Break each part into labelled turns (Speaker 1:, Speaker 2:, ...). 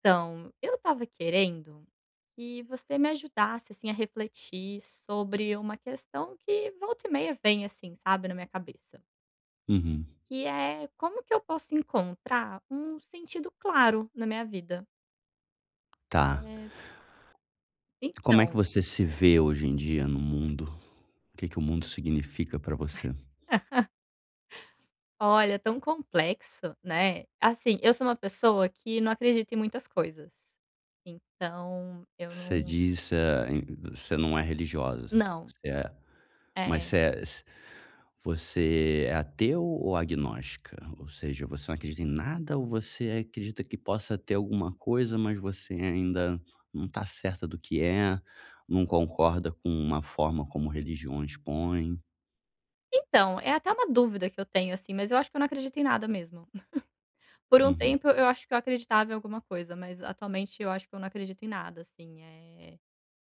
Speaker 1: Então, eu estava querendo que você me ajudasse, assim, a refletir sobre uma questão que volta e meia vem, assim, sabe, na minha cabeça.
Speaker 2: Uhum,
Speaker 1: Que é como que eu posso encontrar um sentido claro na minha vida?
Speaker 2: tá.
Speaker 1: Eh,
Speaker 2: Como é que
Speaker 1: então,
Speaker 2: você se vê hoje em dia no mundo? O que que o mundo significa pra você?
Speaker 1: olha, tão complexo, né. Assim, eu sou uma pessoa que não acredita em muitas coisas. Então, eu
Speaker 2: Você
Speaker 1: não
Speaker 2: diz, em você não é religiosa,
Speaker 1: não.
Speaker 2: você é mas
Speaker 1: É.
Speaker 2: você é ateu ou agnóstica? Ou seja, você não acredita em nada ou você acredita que possa ter alguma coisa, mas você ainda não está certa do que é, não concorda com uma forma como religiões põem?
Speaker 1: Então, é até uma dúvida que eu tenho, assim, mas eu acho que eu não acredito em nada mesmo. Por um
Speaker 2: Uhum,
Speaker 1: tempo eu acho que eu acreditava em alguma coisa, mas atualmente eu acho que eu não acredito em nada, assim,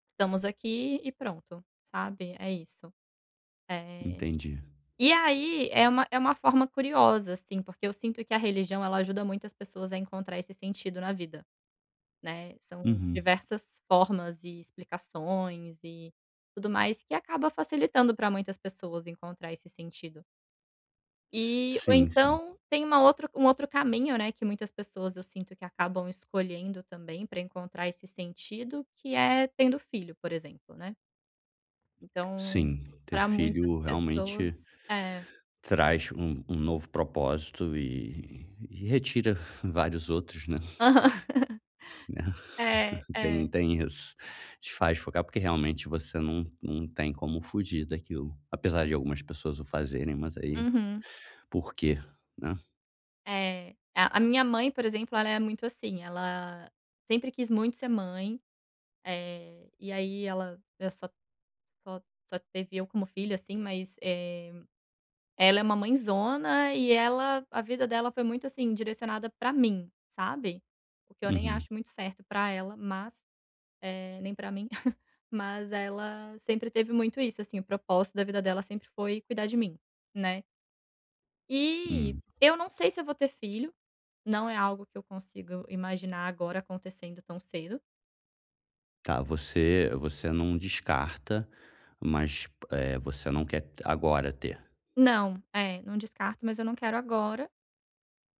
Speaker 1: estamos aqui e pronto, sabe, é isso. Eh,
Speaker 2: entendi.
Speaker 1: e aí é uma forma curiosa, assim, porque eu sinto que a religião ela ajuda muito as pessoas a encontrar esse sentido na vida, né, são
Speaker 2: Uhum.
Speaker 1: diversas formas e explicações e tudo mais que acaba facilitando para muitas pessoas encontrar esse sentido. E ou
Speaker 2: Sim, sim.
Speaker 1: então tem uma outro um outro caminho, né, que muitas pessoas eu sinto que acabam escolhendo também para encontrar esse sentido, que é tendo filho, por exemplo, né. Então,
Speaker 2: Sim, ter
Speaker 1: para muitas
Speaker 2: filho realmente
Speaker 1: pessoas é. Aham.
Speaker 2: traz um novo propósito e retira vários outros, né,
Speaker 1: É,
Speaker 2: tem
Speaker 1: é.
Speaker 2: tem isso. Te faz focar, porque realmente você não tem como fugir daquilo, apesar de algumas pessoas o fazerem, mas aí
Speaker 1: Uhum.
Speaker 2: por quê, né?
Speaker 1: É. A minha mãe, por exemplo, ela é muito assim, ela sempre quis muito ser mãe, e aí ela, só só teve eu como filha, assim, Ela é uma mãezona e ela a vida dela foi muito, assim, direcionada pra mim, sabe. O que eu nem
Speaker 2: Uhum,
Speaker 1: acho muito certo pra ela, mas, nem pra mim, mas ela sempre teve muito isso, assim, o propósito da vida dela sempre foi cuidar de mim, né. E
Speaker 2: hum.
Speaker 1: eu não sei se eu vou ter filho, não é algo que eu consigo imaginar agora acontecendo tão cedo.
Speaker 2: Tá, você não descarta, mas, você não quer agora ter.
Speaker 1: Não, é, não descarto, mas eu não quero agora.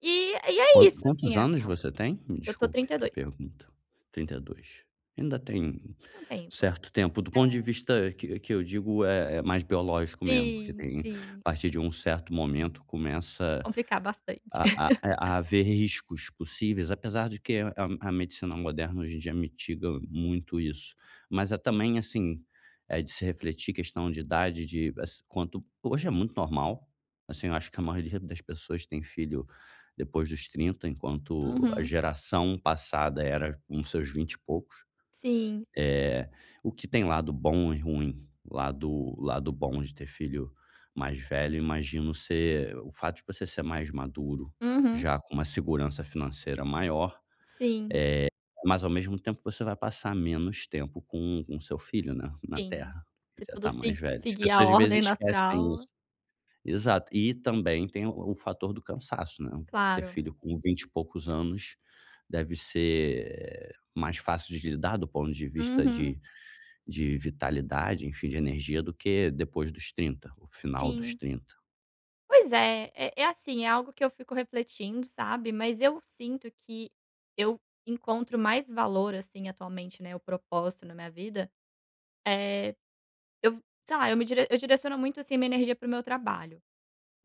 Speaker 1: É isso,
Speaker 2: Quantos
Speaker 1: assim,
Speaker 2: anos
Speaker 1: acaba.
Speaker 2: você tem? Me
Speaker 1: Eu tô
Speaker 2: desculpe a
Speaker 1: 32,
Speaker 2: pergunta. 32. Ainda tem
Speaker 1: tem um tempo.
Speaker 2: certo tempo, do ponto de vista que eu digo é é mais biológico mesmo, porque
Speaker 1: Sim,
Speaker 2: tem a
Speaker 1: sim.
Speaker 2: partir de um certo momento começa
Speaker 1: Complicar bastante.
Speaker 2: a ver riscos possíveis, apesar de que a medicina moderna hoje em dia mitiga muito isso. Mas é também, assim, é de se refletir questão de idade, de assi quanto hoje é muito normal, assim, eu acho que a maioria das pessoas tem filho depois dos 30 enquanto a
Speaker 1: Uhum.
Speaker 2: geração passada era com seus 20 e poucos.
Speaker 1: Sim, sim.
Speaker 2: Eh, o que tem lado bom e ruim. Lado bom de ter filho mais velho, imagino ser o fato de você ser mais maduro,
Speaker 1: Uhum.
Speaker 2: já com uma segurança financeira maior,
Speaker 1: Sim,
Speaker 2: mas ao mesmo tempo você vai passar menos tempo com o seu filho, né, na
Speaker 1: sim.
Speaker 2: terra, que
Speaker 1: Se
Speaker 2: já
Speaker 1: tudo
Speaker 2: está
Speaker 1: se
Speaker 2: mais velho. As
Speaker 1: seguir a
Speaker 2: pessoas às
Speaker 1: ordem
Speaker 2: vezes esquecem isso.
Speaker 1: natural,
Speaker 2: Exato. E também tem o fator do cansaço, né. Ter
Speaker 1: claro.
Speaker 2: filho com 20 e poucos anos deve ser mais fácil de lidar do ponto de vista
Speaker 1: Uhum.
Speaker 2: de vitalidade, enfim, de energia do que depois dos 30, o final dos
Speaker 1: Sim.
Speaker 2: trinta.
Speaker 1: Pois é, é assim, é algo que eu fico refletindo, sabe, mas eu sinto que eu encontro mais valor, assim, atualmente, né, o propósito na minha vida, eh, eu sei lá, eu direciono muito, assim, minha energia para o meu trabalho.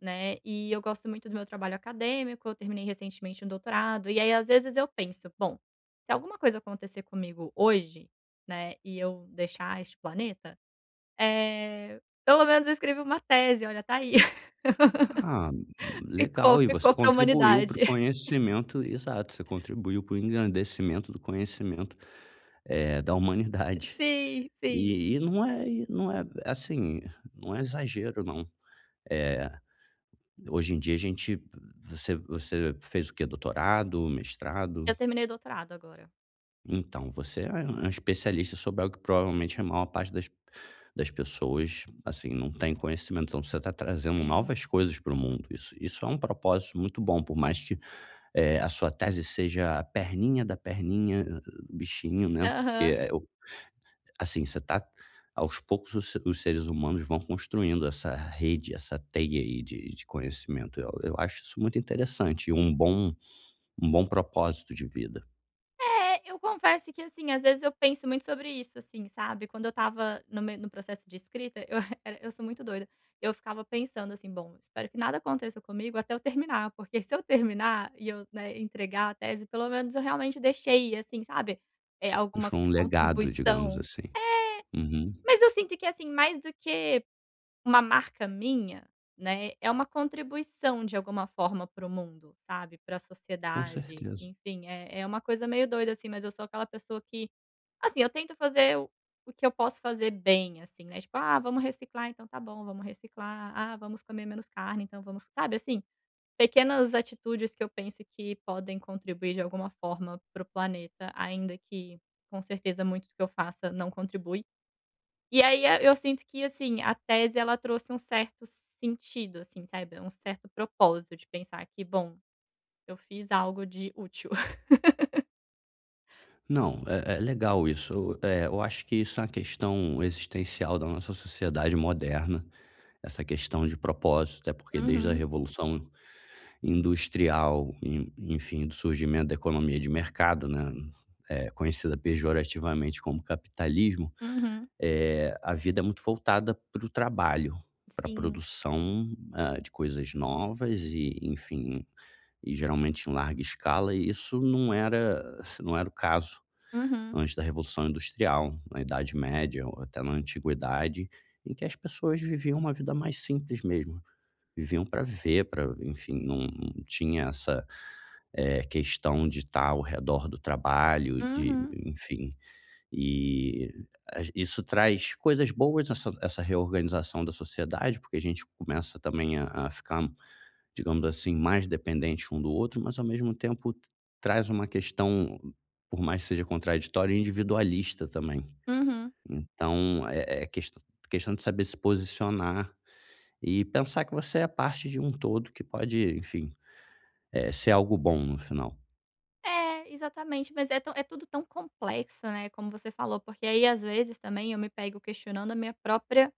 Speaker 1: Né, e eu gosto muito do meu trabalho acadêmico, eu terminei recentemente um doutorado, e aí às vezes eu penso: "Bom, se alguma coisa acontecer comigo hoje, né, e eu deixar este planeta, pelo menos eu escrevi uma tese, olha, tá aí,
Speaker 2: Ah,
Speaker 1: ficou,
Speaker 2: legal, e você
Speaker 1: ficou pra
Speaker 2: contribuiu para o
Speaker 1: humanidade".
Speaker 2: conhecimento exato, você contribuiu para o engrandecimento do conhecimento, da humanidade.
Speaker 1: Sim, sim.
Speaker 2: E não é assim, não é exagero não. Eh, Hoje em dia a gente você você fez o quê? Doutorado, mestrado?
Speaker 1: Eu terminei o doutorado agora.
Speaker 2: Então, você é um especialista sobre algo que provavelmente é a maior parte das, das pessoas, assim, não tem conhecimento. Então, você está trazendo
Speaker 1: Sim.
Speaker 2: novas coisas para o mundo. Isso é um propósito muito bom, por mais que a sua tese seja a perninha da perninha do bichinho, né? Porque,
Speaker 1: Aham.
Speaker 2: assim, você está... Aos poucos, os, se- os seres humanos vão construindo essa rede, essa teia aí de conhecimento. Eu acho isso muito interessante e um bom propósito de vida.
Speaker 1: É, eu confesso que, assim, às vezes eu penso muito sobre isso, assim, sabe. Quando eu estava no processo de escrita, eu era eu sou muito doida. Eu ficava pensando assim: "Bom, espero que nada aconteça comigo até eu terminar, porque se eu terminar e eu, né, entregar a tese, pelo menos eu realmente deixei, assim, sabe, é alguma
Speaker 2: Deixou um legado, digamos
Speaker 1: contribuição".
Speaker 2: assim. Uhum,
Speaker 1: Mas eu sinto que, assim, mais do que uma marca minha, né, é uma contribuição de alguma forma para o mundo, sabe, para a
Speaker 2: com
Speaker 1: sociedade,
Speaker 2: certeza.
Speaker 1: enfim, é uma coisa meio doida, assim, mas eu sou aquela pessoa que, assim, eu tento fazer o que eu posso fazer bem, assim, né, tipo: "Ah, vamos reciclar, então tá bom, vamos reciclar. Ah, vamos comer menos carne, então vamos", sabe, assim, pequenas atitudes que eu penso que podem contribuir de alguma forma para o planeta, ainda que, com certeza, muito do que eu faça não contribui. E aí, eu sinto que, assim, a tese ela trouxe um certo sentido, assim, sabe, um certo propósito de pensar que: "Bom, eu fiz algo de útil".
Speaker 2: Não, é é legal isso, eu acho que isso é uma questão existencial da nossa sociedade moderna, essa questão de propósito, até porque desde a
Speaker 1: Uhum,
Speaker 2: revolução industrial, en enfim, do surgimento da economia de mercado, né, conhecida pejorativamente como capitalismo,
Speaker 1: uhum,
Speaker 2: é a vida é muito voltada para o trabalho, para a
Speaker 1: sim.
Speaker 2: produção, hã, de coisas novas e, enfim, e geralmente em larga escala, e isso não era não era o caso
Speaker 1: Uhum,
Speaker 2: antes da Revolução Industrial, na Idade Média ou até na Antiguidade, em que as pessoas viviam uma vida mais simples mesmo, viviam para viver, para enfim, não não tinha essa, questão de estar ao redor do trabalho, de
Speaker 1: uhum,
Speaker 2: enfim, e a isso traz coisas boas, essa essa reorganização da sociedade, porque a gente começa também a ficar digamos assim, mais dependentes um do outro, mas ao mesmo tempo traz uma questão, por mais que seja contraditória, individualista também.
Speaker 1: uhum.
Speaker 2: Então, é, questão de saber se posicionar e pensar que você é parte de um todo que pode, enfim, é, ser algo bom no final.
Speaker 1: É, exatamente, mas é tão é tudo tão complexo, né, como você falou, porque aí, às vezes, também eu me pego questionando a minha própria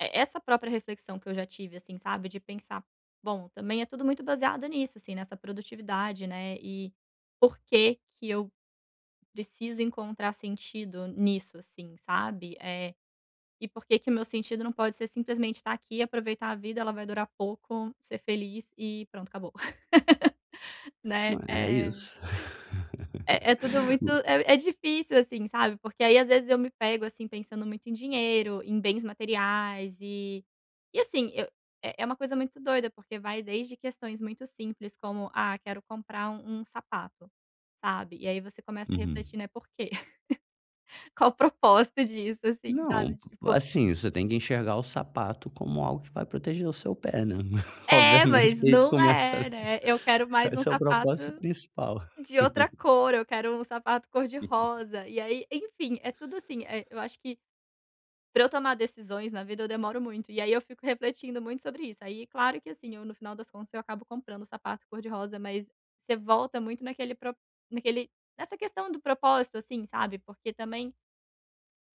Speaker 1: e essa própria reflexão que eu já tive, assim, sabe, de pensar: "Bom, também é tudo muito baseado nisso, assim, nessa produtividade, né, e por que que eu preciso encontrar sentido nisso, assim, sabe. É e por que que o meu sentido não pode ser simplesmente estar aqui, aproveitar a vida, ela vai durar pouco, ser feliz e pronto, acabou", né.
Speaker 2: Não É é isso.
Speaker 1: É é tudo muito
Speaker 2: O-
Speaker 1: é difícil, assim, sabe, porque aí às vezes eu me pego, assim, pensando muito em dinheiro, em bens materiais, assim, eu é uma coisa muito doida, porque vai desde questões muito simples como: "Ah, quero comprar um sapato", sabe. E aí você começa a
Speaker 2: Uhum.
Speaker 1: refletir, né, por quê? Qual o propósito disso, assim,
Speaker 2: Não,
Speaker 1: sabe, tipo.
Speaker 2: assim, você tem que enxergar o sapato como algo que vai proteger o seu pé, né?
Speaker 1: É,
Speaker 2: Obviamente
Speaker 1: mas
Speaker 2: que a gente
Speaker 1: não
Speaker 2: começa.
Speaker 1: é, né. Eu quero mais um
Speaker 2: Esse é o
Speaker 1: sapato
Speaker 2: propósito principal.
Speaker 1: de outra cor, eu quero um sapato cor-de-rosa, e aí, enfim, é tudo assim, eu acho que pra eu tomar decisões na vida eu demoro muito, e aí eu fico refletindo muito sobre isso. Aí, claro que assim, eu no final das contas eu acabo comprando o sapato cor-de-rosa, mas você volta muito naquele pro naquele nessa questão do propósito, assim, sabe, porque também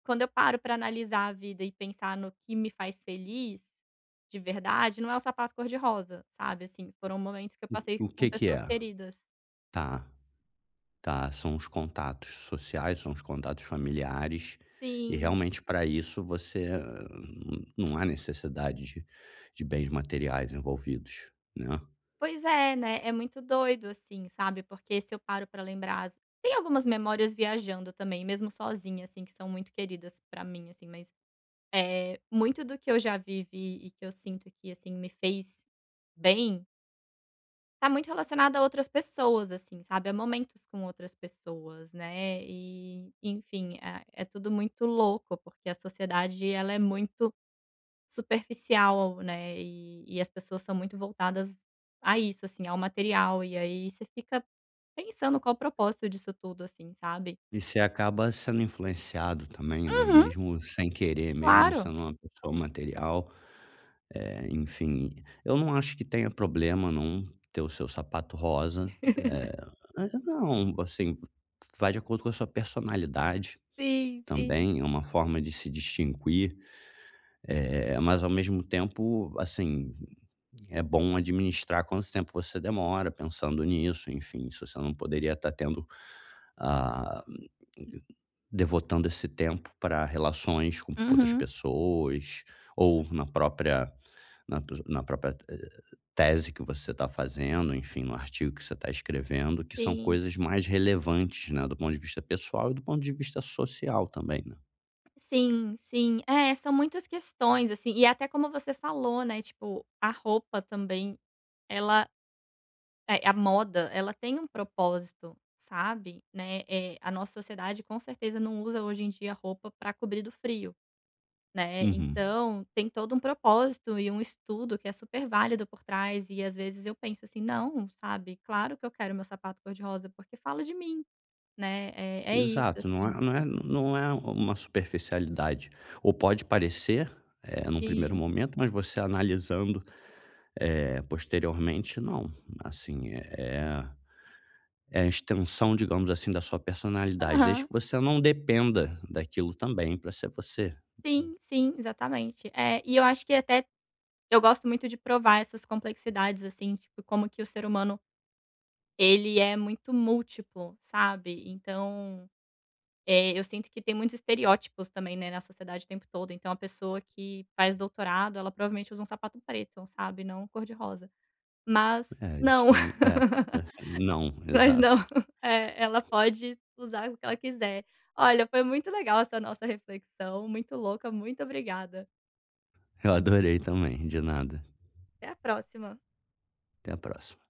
Speaker 1: quando eu paro pra analisar a vida e pensar no que me faz feliz, de verdade, não é o sapato cor-de-rosa, sabe, assim, foram momentos que eu passei
Speaker 2: O
Speaker 1: com
Speaker 2: que que é?
Speaker 1: pessoas queridas.
Speaker 2: Tá, tá, são os contatos sociais, são os contatos familiares, e
Speaker 1: Sim.
Speaker 2: realmente para isso você não há necessidade de bens materiais envolvidos, né.
Speaker 1: Pois é, né, é muito doido, assim, sabe, porque se eu paro pra lembrar as tem algumas memórias viajando também, mesmo sozinha, assim, que são muito queridas pra mim, assim, mas, muito do que eu já vivi e que eu sinto que, assim, me fez bem, tá muito relacionada a outras pessoas, assim, sabe, a momentos com outras pessoas, né, e enfim, ah, é tudo muito louco, porque a sociedade ela é muito superficial, né, e as pessoas são muito voltadas a isso, assim, ao material, e aí você fica pensando qual o propósito disso tudo, assim, sabe.
Speaker 2: E você acaba sendo influenciado também, né,
Speaker 1: Uhum.
Speaker 2: mesmo sem querer, mesmo não
Speaker 1: Claro.
Speaker 2: sendo uma pessoa material, enfim, eu não acho que tenha problema não ter o seu sapato rosa, não, assim, vai de acordo com a sua personalidade.
Speaker 1: Sim, sim.
Speaker 2: Também, é uma forma de se distinguir, mas ao mesmo tempo, assim, é bom administrar quanto tempo você demora pensando nisso, enfim, se você não poderia estar tendo, ah, devotando esse tempo para relações com outras
Speaker 1: Uhum,
Speaker 2: pessoas ou na própria na própria, tese que você está fazendo, enfim, no artigo que você está escrevendo, que são
Speaker 1: sim.
Speaker 2: coisas mais relevantes, né, do ponto de vista pessoal e do ponto de vista social também, né.
Speaker 1: Sim, sim. É, são muitas questões, assim, e até como você falou, né, tipo, a roupa também, ela a moda, ela tem um propósito, sabe, né, a nossa sociedade com certeza não usa hoje em dia roupa para cobrir do frio, né,
Speaker 2: Uhum.
Speaker 1: então tem todo um propósito e um estudo que é super válido por trás, e às vezes eu penso assim: "Não, sabe, claro que eu quero meu sapato cor-de-rosa, porque fala de mim", né, é isso,
Speaker 2: Exato, não
Speaker 1: assim.
Speaker 2: é não é não é uma superficialidade. Ou pode parecer, num primeiro
Speaker 1: Sim.
Speaker 2: momento, mas você analisando, posteriormente, não. Assim, é é a extensão, digamos assim, da sua personalidade, desde
Speaker 1: Aham.
Speaker 2: que você não dependa daquilo também para ser você.
Speaker 1: Sim, sim, exatamente. É, e eu acho que até eu gosto muito de provar essas complexidades, assim, tipo, como que o ser humano, ele é muito múltiplo, sabe. Então, eu sinto que tem muitos estereótipos também, né, na sociedade o tempo todo. Então a pessoa que faz doutorado, ela provavelmente usa um sapato preto, sabe, não cor de rosa. Mas
Speaker 2: É, isso
Speaker 1: não,
Speaker 2: não é, é, não,
Speaker 1: mas não.
Speaker 2: exato.
Speaker 1: É, ela pode usar o que ela quiser. Olha, foi muito legal essa nossa reflexão, muito louca, muito obrigada.
Speaker 2: Eu adorei também, de nada.
Speaker 1: Até a próxima.
Speaker 2: Até a próxima.